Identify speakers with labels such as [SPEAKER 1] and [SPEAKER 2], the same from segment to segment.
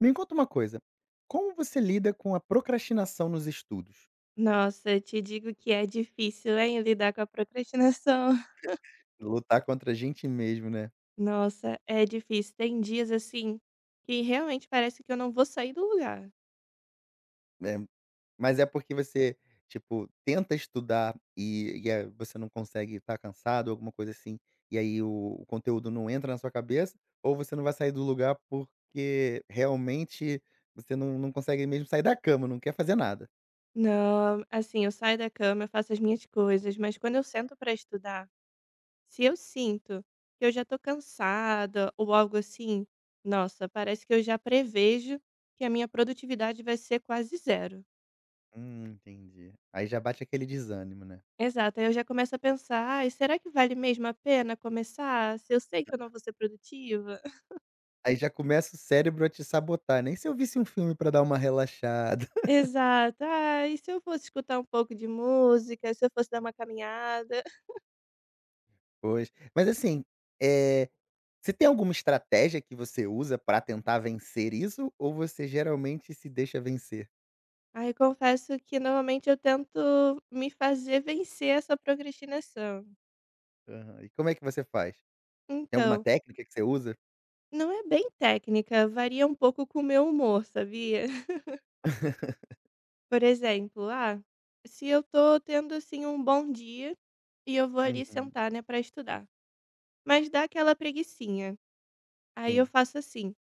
[SPEAKER 1] Me conta uma coisa, como você lida com a procrastinação nos estudos?
[SPEAKER 2] Nossa, eu te digo que é difícil, hein, lidar com a procrastinação.
[SPEAKER 1] Lutar contra a gente mesmo, né.
[SPEAKER 2] Nossa, é difícil. Tem dias, assim, que realmente parece que eu não vou sair do lugar.
[SPEAKER 1] É, mas é porque você, tipo, tenta estudar e, você não consegue, estar cansado, alguma coisa assim, e aí o conteúdo não entra na sua cabeça, ou você não vai sair do lugar porque realmente você não consegue mesmo sair da cama, não quer fazer nada?
[SPEAKER 2] Não, assim, eu saio da cama, eu faço as minhas coisas, mas quando eu sento para estudar, se eu sinto que eu já tô cansada ou algo assim, nossa, parece que eu já prevejo que a minha produtividade vai ser quase zero.
[SPEAKER 1] Entendi. Aí já bate aquele desânimo, né.
[SPEAKER 2] Exato, aí eu já começo a pensar, ai, será que vale mesmo a pena começar se eu sei que eu não vou ser produtiva?
[SPEAKER 1] Aí já começa o cérebro a te sabotar, nem se eu visse um filme pra dar uma relaxada.
[SPEAKER 2] Exato. Ah, e se eu fosse escutar um pouco de música, se eu fosse dar uma caminhada?
[SPEAKER 1] Pois. Mas assim, eh, você tem alguma estratégia que você usa pra tentar vencer isso ou você geralmente se deixa vencer?
[SPEAKER 2] Aí confesso que normalmente eu tento me fazer vencer essa procrastinação.
[SPEAKER 1] Aham. E como é que você faz? Tem alguma
[SPEAKER 2] Então,
[SPEAKER 1] técnica que você usa?
[SPEAKER 2] não é bem técnica, varia um pouco com o meu humor, sabia? Por exemplo, ah, se eu tô tendo assim um bom dia e eu vou ali
[SPEAKER 1] Uhum.
[SPEAKER 2] sentar, né, para estudar, mas dá aquela preguicinha. Aí eu
[SPEAKER 1] Sim.
[SPEAKER 2] faço assim: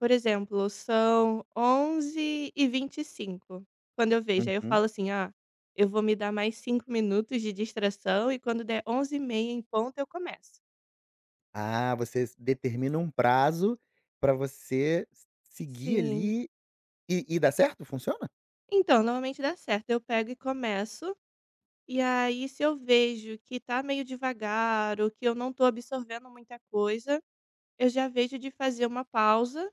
[SPEAKER 2] por exemplo, são 11h25, quando eu vejo. Aí eu
[SPEAKER 1] Uhum.
[SPEAKER 2] falo assim: "Ah, eu vou me dar mais 5 minutos de distração e quando der 11h30 em ponto eu começo".
[SPEAKER 1] Ah, você s determina um prazo pra você s seguir
[SPEAKER 2] Sim.
[SPEAKER 1] ali e dá certo? Funciona?
[SPEAKER 2] Então, normalmente dá certo, eu pego e começo, e aí se eu vejo que tá meio devagar ou que eu não tô absorvendo muita coisa, eu já vejo de fazer uma pausa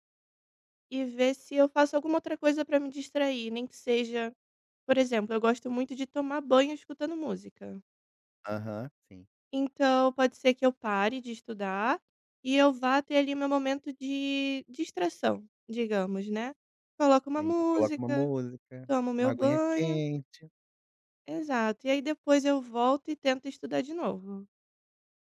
[SPEAKER 2] e ver se eu faço alguma outra coisa pra me distrair, nem que seja, por exemplo, eu gosto muito de tomar banho escutando música.
[SPEAKER 1] Aham, sim.
[SPEAKER 2] Então, pode ser que eu pare de estudar e eu vá ter ali meu momento de distração, digamos, né. Coloco uma
[SPEAKER 1] Sim, coloca uma
[SPEAKER 2] música,
[SPEAKER 1] música,
[SPEAKER 2] tomo
[SPEAKER 1] uma
[SPEAKER 2] meu
[SPEAKER 1] aguinha
[SPEAKER 2] banho,
[SPEAKER 1] quente.
[SPEAKER 2] exato. E aí depois eu volto e tento estudar de novo.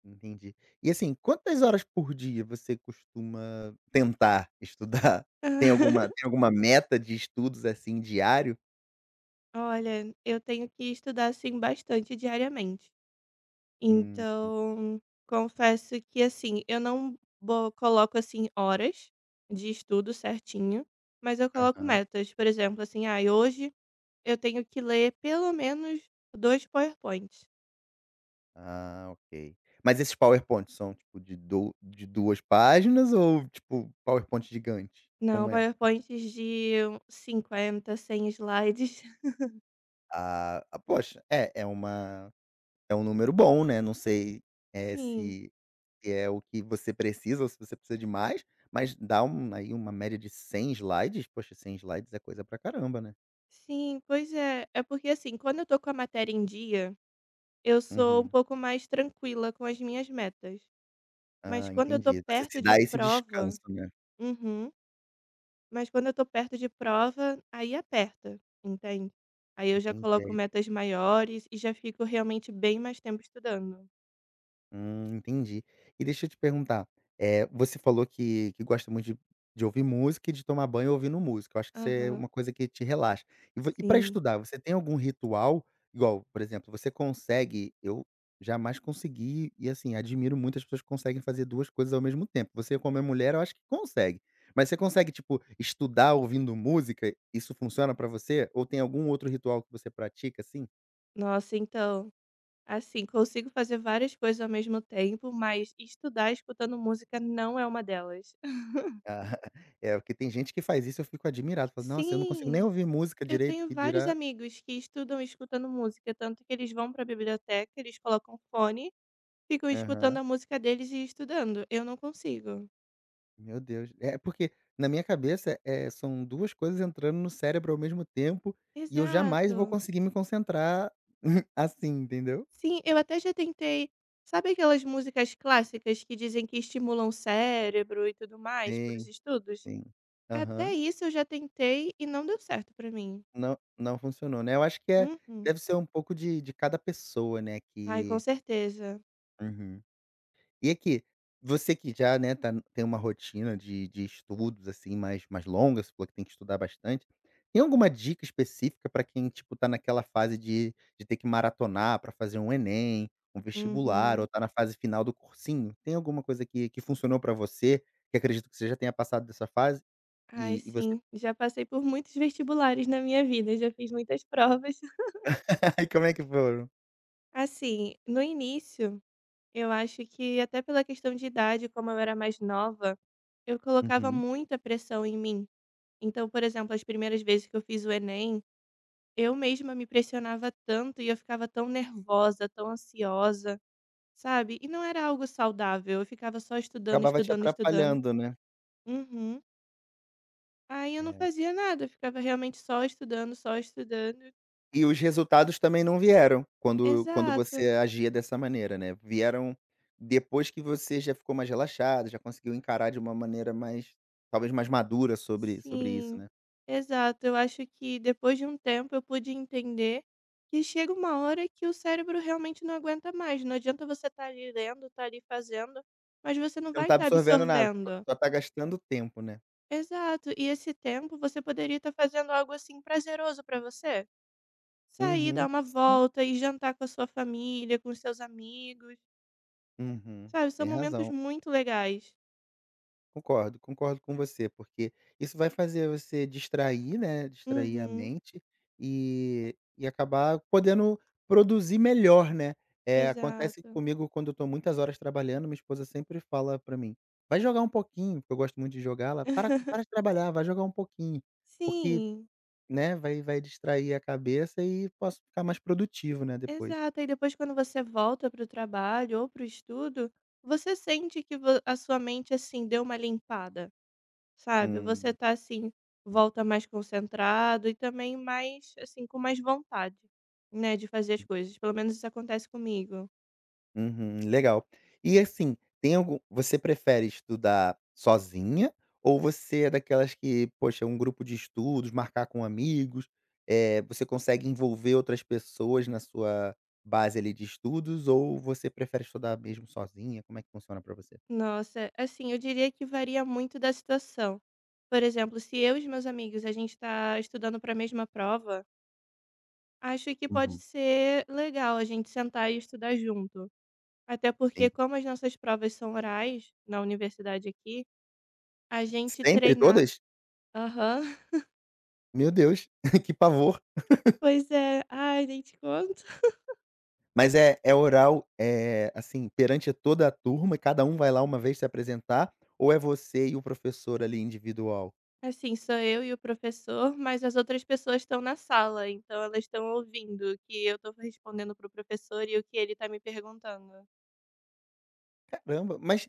[SPEAKER 1] Entendi. E, assim, quantas horas por dia você costuma tentar estudar? Tem alguma tem alguma meta de estudos, assim, diário?
[SPEAKER 2] Olha, eu tenho que estudar, assim, bastante diariamente.
[SPEAKER 1] Hum,
[SPEAKER 2] Então, confesso que, assim, eu não bo coloco, assim, horas de estudo certinho, mas eu coloco
[SPEAKER 1] aham.
[SPEAKER 2] metas. Por exemplo, assim: "Ah, hoje, eu tenho que ler pelo menos 2 PowerPoints".
[SPEAKER 1] Ah, ok. Mas esses PowerPoints são, tipo, de 2 páginas ou, tipo, PowerPoint gigante?
[SPEAKER 2] Não,
[SPEAKER 1] Como é?
[SPEAKER 2] PowerPoints de 50, 100 slides.
[SPEAKER 1] Ah, poxa, é é uma é um número bom, né, não sei, eh,
[SPEAKER 2] Sim,
[SPEAKER 1] se que é o que você precisa ou se você precisa de mais, mas dá um aí uma média de 100 slides, poxa, 100 slides é coisa pra caramba, né.
[SPEAKER 2] sim, pois é. É porque, assim, quando eu tô com a matéria em dia, eu sou um
[SPEAKER 1] Uhum.
[SPEAKER 2] pouco mais tranquila com as minhas metas. Mas
[SPEAKER 1] Ah,
[SPEAKER 2] quando eu tô
[SPEAKER 1] entendi. Você
[SPEAKER 2] perto
[SPEAKER 1] se
[SPEAKER 2] de
[SPEAKER 1] dá esse
[SPEAKER 2] prova,
[SPEAKER 1] descanso, né.
[SPEAKER 2] uhum. Mas quando eu tô perto de prova, aí aperta, entende. Aí eu já coloco
[SPEAKER 1] Entendi.
[SPEAKER 2] metas maiores e já fico realmente bem mais tempo estudando.
[SPEAKER 1] Entendi. E deixa eu te perguntar, você falou que gosta muito de ouvir música e de tomar banho ouvindo música, eu acho que isso é
[SPEAKER 2] Aham,
[SPEAKER 1] uma coisa que te relaxa. E vo e pra
[SPEAKER 2] sim.
[SPEAKER 1] estudar, você tem algum ritual? Igual, por exemplo, você consegue eu jamais consegui e, assim, admiro muito as pessoas que conseguem fazer 2 coisas ao mesmo tempo. Você, como é mulher, eu acho que consegue. Mas você consegue, tipo, estudar ouvindo música? Isso funciona pra você? Ou tem algum outro ritual que você pratica, assim?
[SPEAKER 2] Nossa, então, assim, consigo fazer várias coisas ao mesmo tempo, mas estudar escutando música não é uma delas.
[SPEAKER 1] Ah, é, porque tem gente que faz isso, eu fico admirado, falo: "Nossa, eu não consigo nem
[SPEAKER 2] Sim,
[SPEAKER 1] ouvir música
[SPEAKER 2] eu
[SPEAKER 1] direito,
[SPEAKER 2] tenho
[SPEAKER 1] que
[SPEAKER 2] vários
[SPEAKER 1] dirá."
[SPEAKER 2] amigos que estudam escutando música, tanto que eles vão para a biblioteca, eles colocam fone, ficam escutando
[SPEAKER 1] Aham.
[SPEAKER 2] a música deles e estudando. Eu não consigo.
[SPEAKER 1] Meu Deus. É, porque na minha cabeça, são 2 coisas entrando no cérebro ao mesmo tempo, e eu jamais vou
[SPEAKER 2] Exato.
[SPEAKER 1] conseguir me concentrar assim, entendeu?
[SPEAKER 2] Sim, eu até já tentei. Sabe aquelas músicas clássicas que dizem que estimulam o cérebro e tudo mais para os
[SPEAKER 1] Sim,
[SPEAKER 2] estudos?
[SPEAKER 1] sim.
[SPEAKER 2] Até
[SPEAKER 1] Aham.
[SPEAKER 2] isso eu já tentei e não deu certo para mim.
[SPEAKER 1] Não, não funcionou, né. Eu acho que
[SPEAKER 2] Uhum.
[SPEAKER 1] deve ser um pouco de cada pessoa, né,
[SPEAKER 2] Ai, com
[SPEAKER 1] que
[SPEAKER 2] certeza.
[SPEAKER 1] Uhum. E aqui, você que já, né, tem uma rotina de estudos, assim, mais longa, você falou que tem que estudar bastante. Tem alguma dica específica para quem, tipo, tá naquela fase de ter que maratonar para fazer um Enem, um vestibular
[SPEAKER 2] Uhum.
[SPEAKER 1] ou tá na fase final do cursinho? Tem alguma coisa que funcionou para você, que acredito que você já tenha passado dessa fase,
[SPEAKER 2] Ai,
[SPEAKER 1] e você
[SPEAKER 2] sim. Já passei por muitos vestibulares na minha vida, já fiz muitas provas.
[SPEAKER 1] e como é que foram?
[SPEAKER 2] Assim, no início, eu acho que até pela questão de idade, como eu era mais nova, eu colocava
[SPEAKER 1] Uhum.
[SPEAKER 2] muita pressão em mim. Então, por exemplo, as primeiras vezes que eu fiz o Enem, eu mesma me pressionava tanto e eu ficava tão nervosa, tão ansiosa, sabe? E não era algo saudável, eu ficava só estudando,
[SPEAKER 1] Acabava te
[SPEAKER 2] estudando, estudando.
[SPEAKER 1] atrapalhando, né?
[SPEAKER 2] Uhum. Aí eu não
[SPEAKER 1] É.
[SPEAKER 2] fazia nada, eu ficava realmente só estudando, só estudando.
[SPEAKER 1] E os resultados também não vieram, quando
[SPEAKER 2] Exato.
[SPEAKER 1] você agia dessa maneira, né, vieram depois que você já ficou mais relaxado, já conseguiu encarar de uma maneira mais talvez mais madura sobre isso,
[SPEAKER 2] Sim.
[SPEAKER 1] né.
[SPEAKER 2] Exato. Eu acho que depois de um tempo eu pude entender que chega uma hora que o cérebro realmente não aguenta mais. Não adianta você estar ali lendo, estar ali fazendo, mas você não
[SPEAKER 1] Você não
[SPEAKER 2] vai
[SPEAKER 1] tá
[SPEAKER 2] estar
[SPEAKER 1] absorvendo nada, só
[SPEAKER 2] absorvendo.
[SPEAKER 1] só tá gastando tempo, né.
[SPEAKER 2] Exato. E esse tempo você poderia estar fazendo algo assim prazeroso para você. Sair,
[SPEAKER 1] Uhum,
[SPEAKER 2] dar uma volta e jantar com a sua família, com os seus amigos.
[SPEAKER 1] uhum,
[SPEAKER 2] Sabe, são
[SPEAKER 1] tem
[SPEAKER 2] momentos
[SPEAKER 1] razão.
[SPEAKER 2] muito legais.
[SPEAKER 1] Concordo, concordo com você, porque isso vai fazer você distrair, né, distrair a
[SPEAKER 2] Uhum.
[SPEAKER 1] mente e acabar podendo produzir melhor, né. É, acontece
[SPEAKER 2] Exato.
[SPEAKER 1] comigo quando eu tô muitas horas trabalhando, minha esposa sempre fala pra mim: "Vai jogar um pouquinho", porque eu gosto muito de jogar, ela: "Para, para de trabalhar, vai jogar um pouquinho", porque,
[SPEAKER 2] Sim,
[SPEAKER 1] né, vai distrair a cabeça e posso ficar mais produtivo, né, depois.
[SPEAKER 2] exato. E depois quando você volta para o trabalho ou para o estudo, você sente que vo a sua mente, assim, deu uma limpada, sabe. Você
[SPEAKER 1] Hum.
[SPEAKER 2] tá, assim, volta mais concentrado e também mais, assim, com mais vontade, né, de fazer as coisas. Pelo menos isso acontece comigo.
[SPEAKER 1] Uhum, legal. E assim, tem algum você prefere estudar sozinha ou você é daquelas que, poxa, é um grupo de estudos, marcar com amigos, você consegue envolver outras pessoas na sua base ali de estudos ou você prefere estudar mesmo sozinha? Como é que funciona pra você?
[SPEAKER 2] Nossa, assim, eu diria que varia muito da situação. Por exemplo, se eu e os meus amigos, a gente está estudando para a mesma prova, acho que pode
[SPEAKER 1] Uhum,
[SPEAKER 2] ser legal a gente sentar e estudar junto. Até porque,
[SPEAKER 1] sim.
[SPEAKER 2] como as nossas provas são orais na universidade aqui, a gente
[SPEAKER 1] Sempre?
[SPEAKER 2] treinar.
[SPEAKER 1] Todas?
[SPEAKER 2] Aham.
[SPEAKER 1] Meu Deus, que pavor.
[SPEAKER 2] Pois é. Ai, nem te conto.
[SPEAKER 1] Mas é oral, assim, perante toda a turma e cada um vai lá uma vez se apresentar ou é você e o professor ali individual?
[SPEAKER 2] Assim, sou eu e o professor, mas as outras pessoas estão na sala, então elas estão ouvindo o que eu estou respondendo para o professor e o que ele está me perguntando.
[SPEAKER 1] Caramba, mas,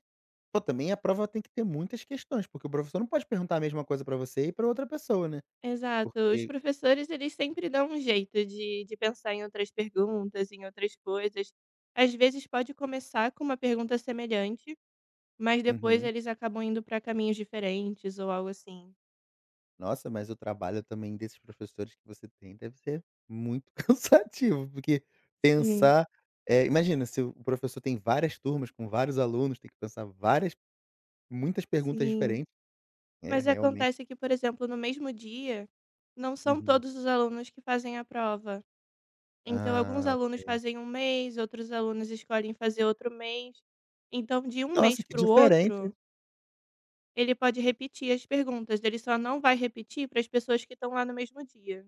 [SPEAKER 1] pô, também a prova tem que ter muitas questões, porque o professor não pode perguntar a mesma coisa pra você e pra outra pessoa, né.
[SPEAKER 2] Exato. Os
[SPEAKER 1] Porque
[SPEAKER 2] professores, eles sempre dão um jeito de pensar em outras perguntas, em outras coisas. Às vezes pode começar com uma pergunta semelhante, mas depois
[SPEAKER 1] Uhum.
[SPEAKER 2] eles acabam indo para caminhos diferentes ou algo assim.
[SPEAKER 1] Nossa, mas o trabalho também desses professores que você tem deve ser muito cansativo, porque
[SPEAKER 2] Sim.
[SPEAKER 1] pensar imagina se o professor tem várias turmas com vários alunos, tem que pensar várias muitas perguntas
[SPEAKER 2] Sim.
[SPEAKER 1] diferentes. É,
[SPEAKER 2] Mas
[SPEAKER 1] realmente.
[SPEAKER 2] acontece que, por exemplo, no mesmo dia, não são
[SPEAKER 1] Uhum.
[SPEAKER 2] todos os alunos que fazem a prova. Então, alguns
[SPEAKER 1] Ah,
[SPEAKER 2] alunos
[SPEAKER 1] ok.
[SPEAKER 2] fazem um mês, outros alunos escolhem fazer outro mês. Então, de um
[SPEAKER 1] Nossa,
[SPEAKER 2] mês
[SPEAKER 1] que
[SPEAKER 2] para o
[SPEAKER 1] diferente.
[SPEAKER 2] outro, ele pode repetir as perguntas, ele só não vai repetir para as pessoas que estão lá no mesmo dia.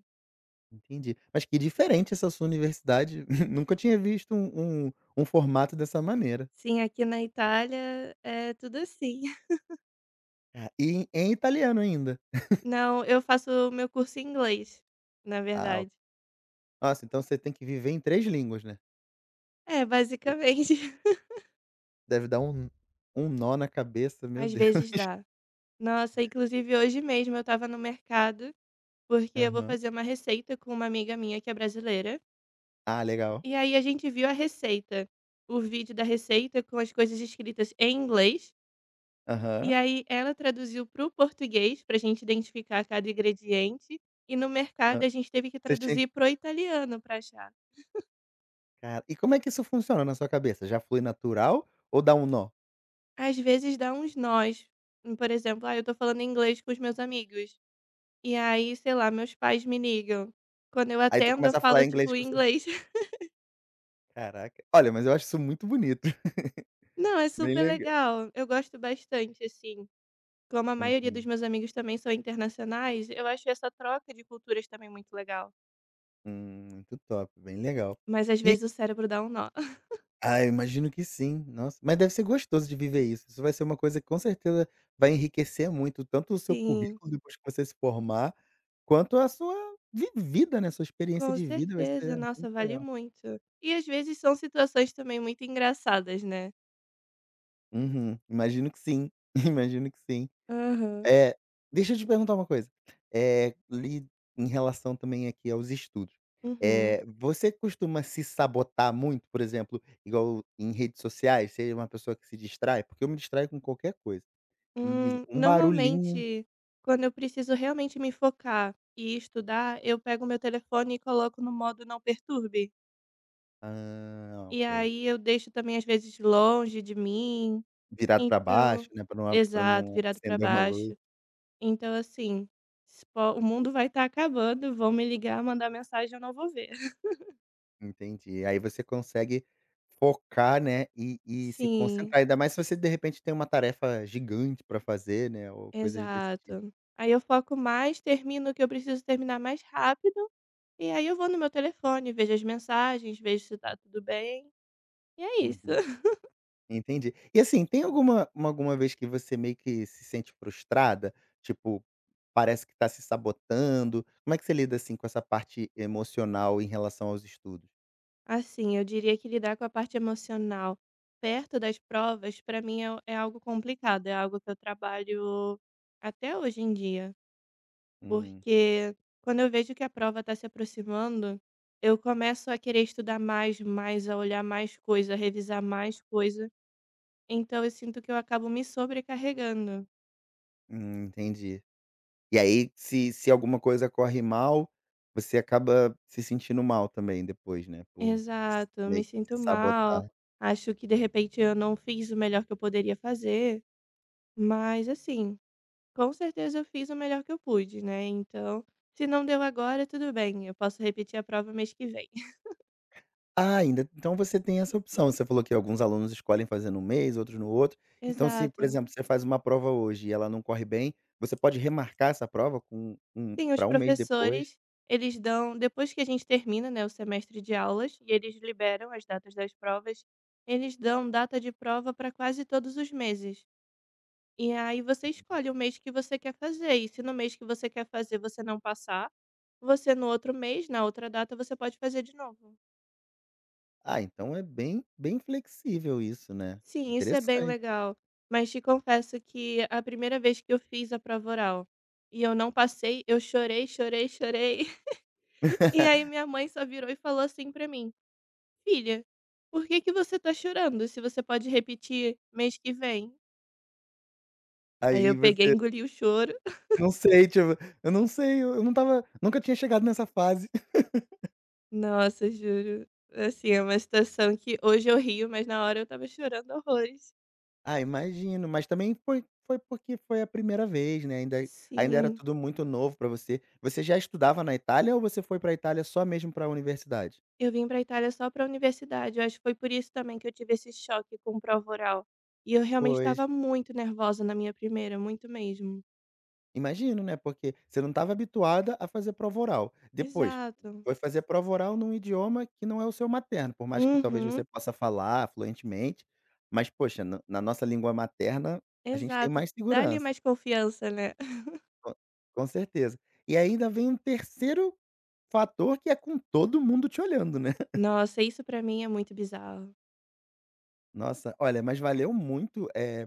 [SPEAKER 1] Entendi. Mas que diferente essa sua universidade, nunca tinha visto um formato dessa maneira.
[SPEAKER 2] Sim, aqui na Itália é tudo assim.
[SPEAKER 1] Ah, e em italiano ainda?
[SPEAKER 2] Não, eu faço o meu curso em inglês, na
[SPEAKER 1] Ah, ok.
[SPEAKER 2] verdade.
[SPEAKER 1] Nossa, então você tem que viver em 3 línguas, né.
[SPEAKER 2] É, basicamente.
[SPEAKER 1] Deve dar um nó na cabeça, meu
[SPEAKER 2] Às
[SPEAKER 1] Deus.
[SPEAKER 2] vezes dá. Nossa, inclusive hoje mesmo eu estava no mercado, porque eu vou
[SPEAKER 1] Aham.
[SPEAKER 2] fazer uma receita com uma amiga minha que é brasileira.
[SPEAKER 1] Ah, legal.
[SPEAKER 2] E aí a gente viu a receita, o vídeo da receita com as coisas escritas em inglês. E
[SPEAKER 1] Aham.
[SPEAKER 2] aí ela traduziu para o português, para a gente identificar cada ingrediente, e no
[SPEAKER 1] Hã.
[SPEAKER 2] mercado a gente teve que
[SPEAKER 1] Você tinha
[SPEAKER 2] traduzir para o italiano para achar.
[SPEAKER 1] cara, e como é que isso funciona na sua cabeça? Já flui natural ou dá um nó?
[SPEAKER 2] Às vezes dá uns nós. Por exemplo, ah, eu tô falando inglês com os meus amigos, e aí, sei lá, meus pais me ligam. Quando eu
[SPEAKER 1] Aí tu
[SPEAKER 2] atendo, eu
[SPEAKER 1] começa a
[SPEAKER 2] falo,
[SPEAKER 1] falar inglês
[SPEAKER 2] tipo,
[SPEAKER 1] com os seus
[SPEAKER 2] inglês.
[SPEAKER 1] caraca. Olha, mas eu acho isso muito bonito.
[SPEAKER 2] Não, é
[SPEAKER 1] Bem
[SPEAKER 2] super
[SPEAKER 1] legal.
[SPEAKER 2] legal. Eu gosto bastante, assim. Como a maioria dos
[SPEAKER 1] Uhum.
[SPEAKER 2] meus amigos também são internacionais, eu acho essa troca de culturas também muito legal.
[SPEAKER 1] Muito top, bem legal.
[SPEAKER 2] Mas às vezes o cérebro dá um nó.
[SPEAKER 1] Ah, eu imagino que sim. Nossa, mas deve ser gostoso de viver isso. Isso vai ser uma coisa que com certeza vai enriquecer muito tanto o seu
[SPEAKER 2] Sim.
[SPEAKER 1] currículo depois que você se formar, quanto a sua vi vida, né, sua experiência
[SPEAKER 2] Com
[SPEAKER 1] de vida vai
[SPEAKER 2] certeza,
[SPEAKER 1] ser
[SPEAKER 2] nossa,
[SPEAKER 1] muito
[SPEAKER 2] vale
[SPEAKER 1] legal.
[SPEAKER 2] muito. E às vezes são situações também muito engraçadas, né.
[SPEAKER 1] Uhum, imagino que sim, imagino que sim.
[SPEAKER 2] Aham.
[SPEAKER 1] É. Deixa eu te perguntar uma coisa, É, li em relação também aqui aos estudos,
[SPEAKER 2] Uhum.
[SPEAKER 1] É, você costuma se sabotar muito, por exemplo, igual em redes sociais, ser uma pessoa que se distrai? Porque eu me distraio com qualquer coisa. Isso, um barulhinho.
[SPEAKER 2] Normalmente, quando eu preciso realmente me focar e estudar, eu pego meu telefone e coloco no modo não perturbe.
[SPEAKER 1] Ah,
[SPEAKER 2] E
[SPEAKER 1] ok.
[SPEAKER 2] aí eu deixo também às vezes longe de mim,
[SPEAKER 1] Virado para baixo,
[SPEAKER 2] então,
[SPEAKER 1] né, para não para
[SPEAKER 2] exato,
[SPEAKER 1] não
[SPEAKER 2] virado para
[SPEAKER 1] acender uma luz.
[SPEAKER 2] baixo. Então, assim, se po o mundo vai estar acabando, vão me ligar, mandar mensagem, eu não vou ver.
[SPEAKER 1] Entendi. Aí você consegue focar, né, e se
[SPEAKER 2] Sim.
[SPEAKER 1] concentrar, ainda mais se você de repente tem uma tarefa gigante para fazer, né, ou coisas desse tipo.
[SPEAKER 2] Exato. Aí eu foco mais, termino o que eu preciso terminar mais rápido, e aí eu vou no meu telefone, vejo as mensagens, vejo se tá tudo bem, e é isso.
[SPEAKER 1] Uhum, entendi. E assim, tem alguma vez que você meio que se sente frustrada? Tipo, parece que está se sabotando. Como é que você lida, assim, com essa parte emocional em relação aos estudos?
[SPEAKER 2] Assim, eu diria que lidar com a parte emocional perto das provas, pra mim é algo complicado, é algo que eu trabalho até hoje em dia,
[SPEAKER 1] Hum,
[SPEAKER 2] porque quando eu vejo que a prova tá se aproximando, eu começo a querer estudar mais, mais, a olhar mais coisa, a revisar mais coisa. Então eu sinto que eu acabo me sobrecarregando.
[SPEAKER 1] entendi. E aí, se alguma coisa corre mal, você acaba se sentindo mal também depois, né, por S
[SPEAKER 2] Exato, eu me
[SPEAKER 1] meio que
[SPEAKER 2] sinto
[SPEAKER 1] se
[SPEAKER 2] mal,
[SPEAKER 1] sabotar.
[SPEAKER 2] acho que de repente eu não fiz o melhor que eu poderia fazer, mas, assim, com certeza eu fiz o melhor que eu pude, né? Então, se não deu agora, tudo bem, eu posso repetir a prova mês que vem.
[SPEAKER 1] Ah, ainda então você tem essa opção, você falou que alguns alunos escolhem fazer num mês, outros no outro. Então se, por
[SPEAKER 2] Exato.
[SPEAKER 1] exemplo, você faz uma prova hoje e ela não corre bem, você pode remarcar essa prova com um
[SPEAKER 2] Sim, os
[SPEAKER 1] para um mês depois.
[SPEAKER 2] professores, eles dão, depois que a gente termina, né, o semestre de aulas, e eles liberam as datas das provas, eles dão data de prova para quase todos os meses. E aí você escolhe o mês que você quer fazer, e se no mês que você quer fazer você não passar, você no outro mês, na outra data, você pode fazer de novo.
[SPEAKER 1] Ah, então é bem bem flexível isso, né.
[SPEAKER 2] Sim, isso é bem
[SPEAKER 1] Interessante.
[SPEAKER 2] legal, mas te confesso que a primeira vez que eu fiz a prova oral e eu não passei, eu chorei, chorei, chorei. E aí minha mãe só virou e falou assim pra mim: "Filha, por que que você tá chorando se você pode repetir mês que vem?". Aí eu
[SPEAKER 1] Aí
[SPEAKER 2] peguei,
[SPEAKER 1] você
[SPEAKER 2] engoli o choro.
[SPEAKER 1] não sei, tipo, eu não sei, eu não tava, nunca tinha chegado nessa fase.
[SPEAKER 2] Nossa, juro. Assim, é uma situação que hoje eu rio, mas na hora eu estava chorando horrores.
[SPEAKER 1] Ah, imagino, mas também foi porque foi a primeira vez, né, ainda era
[SPEAKER 2] Sim,
[SPEAKER 1] tudo muito novo pra você. Você já estudava na Itália ou você foi pra Itália só mesmo pra universidade?
[SPEAKER 2] eu vim pra Itália só pra universidade, eu acho que foi por isso também que eu tive esse choque com prova oral. E eu realmente
[SPEAKER 1] Pois,
[SPEAKER 2] estava muito nervosa na minha primeira, muito mesmo.
[SPEAKER 1] imagino, né, porque você não estava habituada a fazer prova oral. Depois,
[SPEAKER 2] Exato.
[SPEAKER 1] foi fazer prova oral num idioma que não é o seu materno, por mais que talvez
[SPEAKER 2] Uhum,
[SPEAKER 1] você possa falar fluentemente, mas poxa, na nossa língua materna, a gente tem
[SPEAKER 2] exato.
[SPEAKER 1] mais
[SPEAKER 2] Dá lhe
[SPEAKER 1] segurança.
[SPEAKER 2] mais confiança, né.
[SPEAKER 1] Co com certeza. E ainda vem um terceiro fator que é com todo mundo te olhando, né.
[SPEAKER 2] Nossa, isso pra mim é muito bizarro.
[SPEAKER 1] Nossa, olha, mas valeu muito,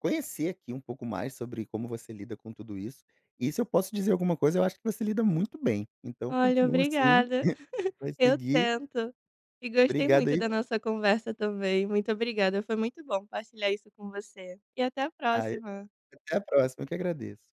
[SPEAKER 1] conhecer aqui um pouco mais sobre como você lida com tudo isso. E se eu posso dizer alguma coisa, eu acho que você lida muito bem. Então
[SPEAKER 2] Olha,
[SPEAKER 1] continua assim,
[SPEAKER 2] obrigada.
[SPEAKER 1] vai
[SPEAKER 2] Eu
[SPEAKER 1] seguir.
[SPEAKER 2] tento. E gostei
[SPEAKER 1] Obrigado
[SPEAKER 2] muito
[SPEAKER 1] aí.
[SPEAKER 2] da nossa conversa também. Muito obrigada. Foi muito bom partilhar isso com você. E até a
[SPEAKER 1] Ah,
[SPEAKER 2] próxima.
[SPEAKER 1] até a próxima, eu que agradeço.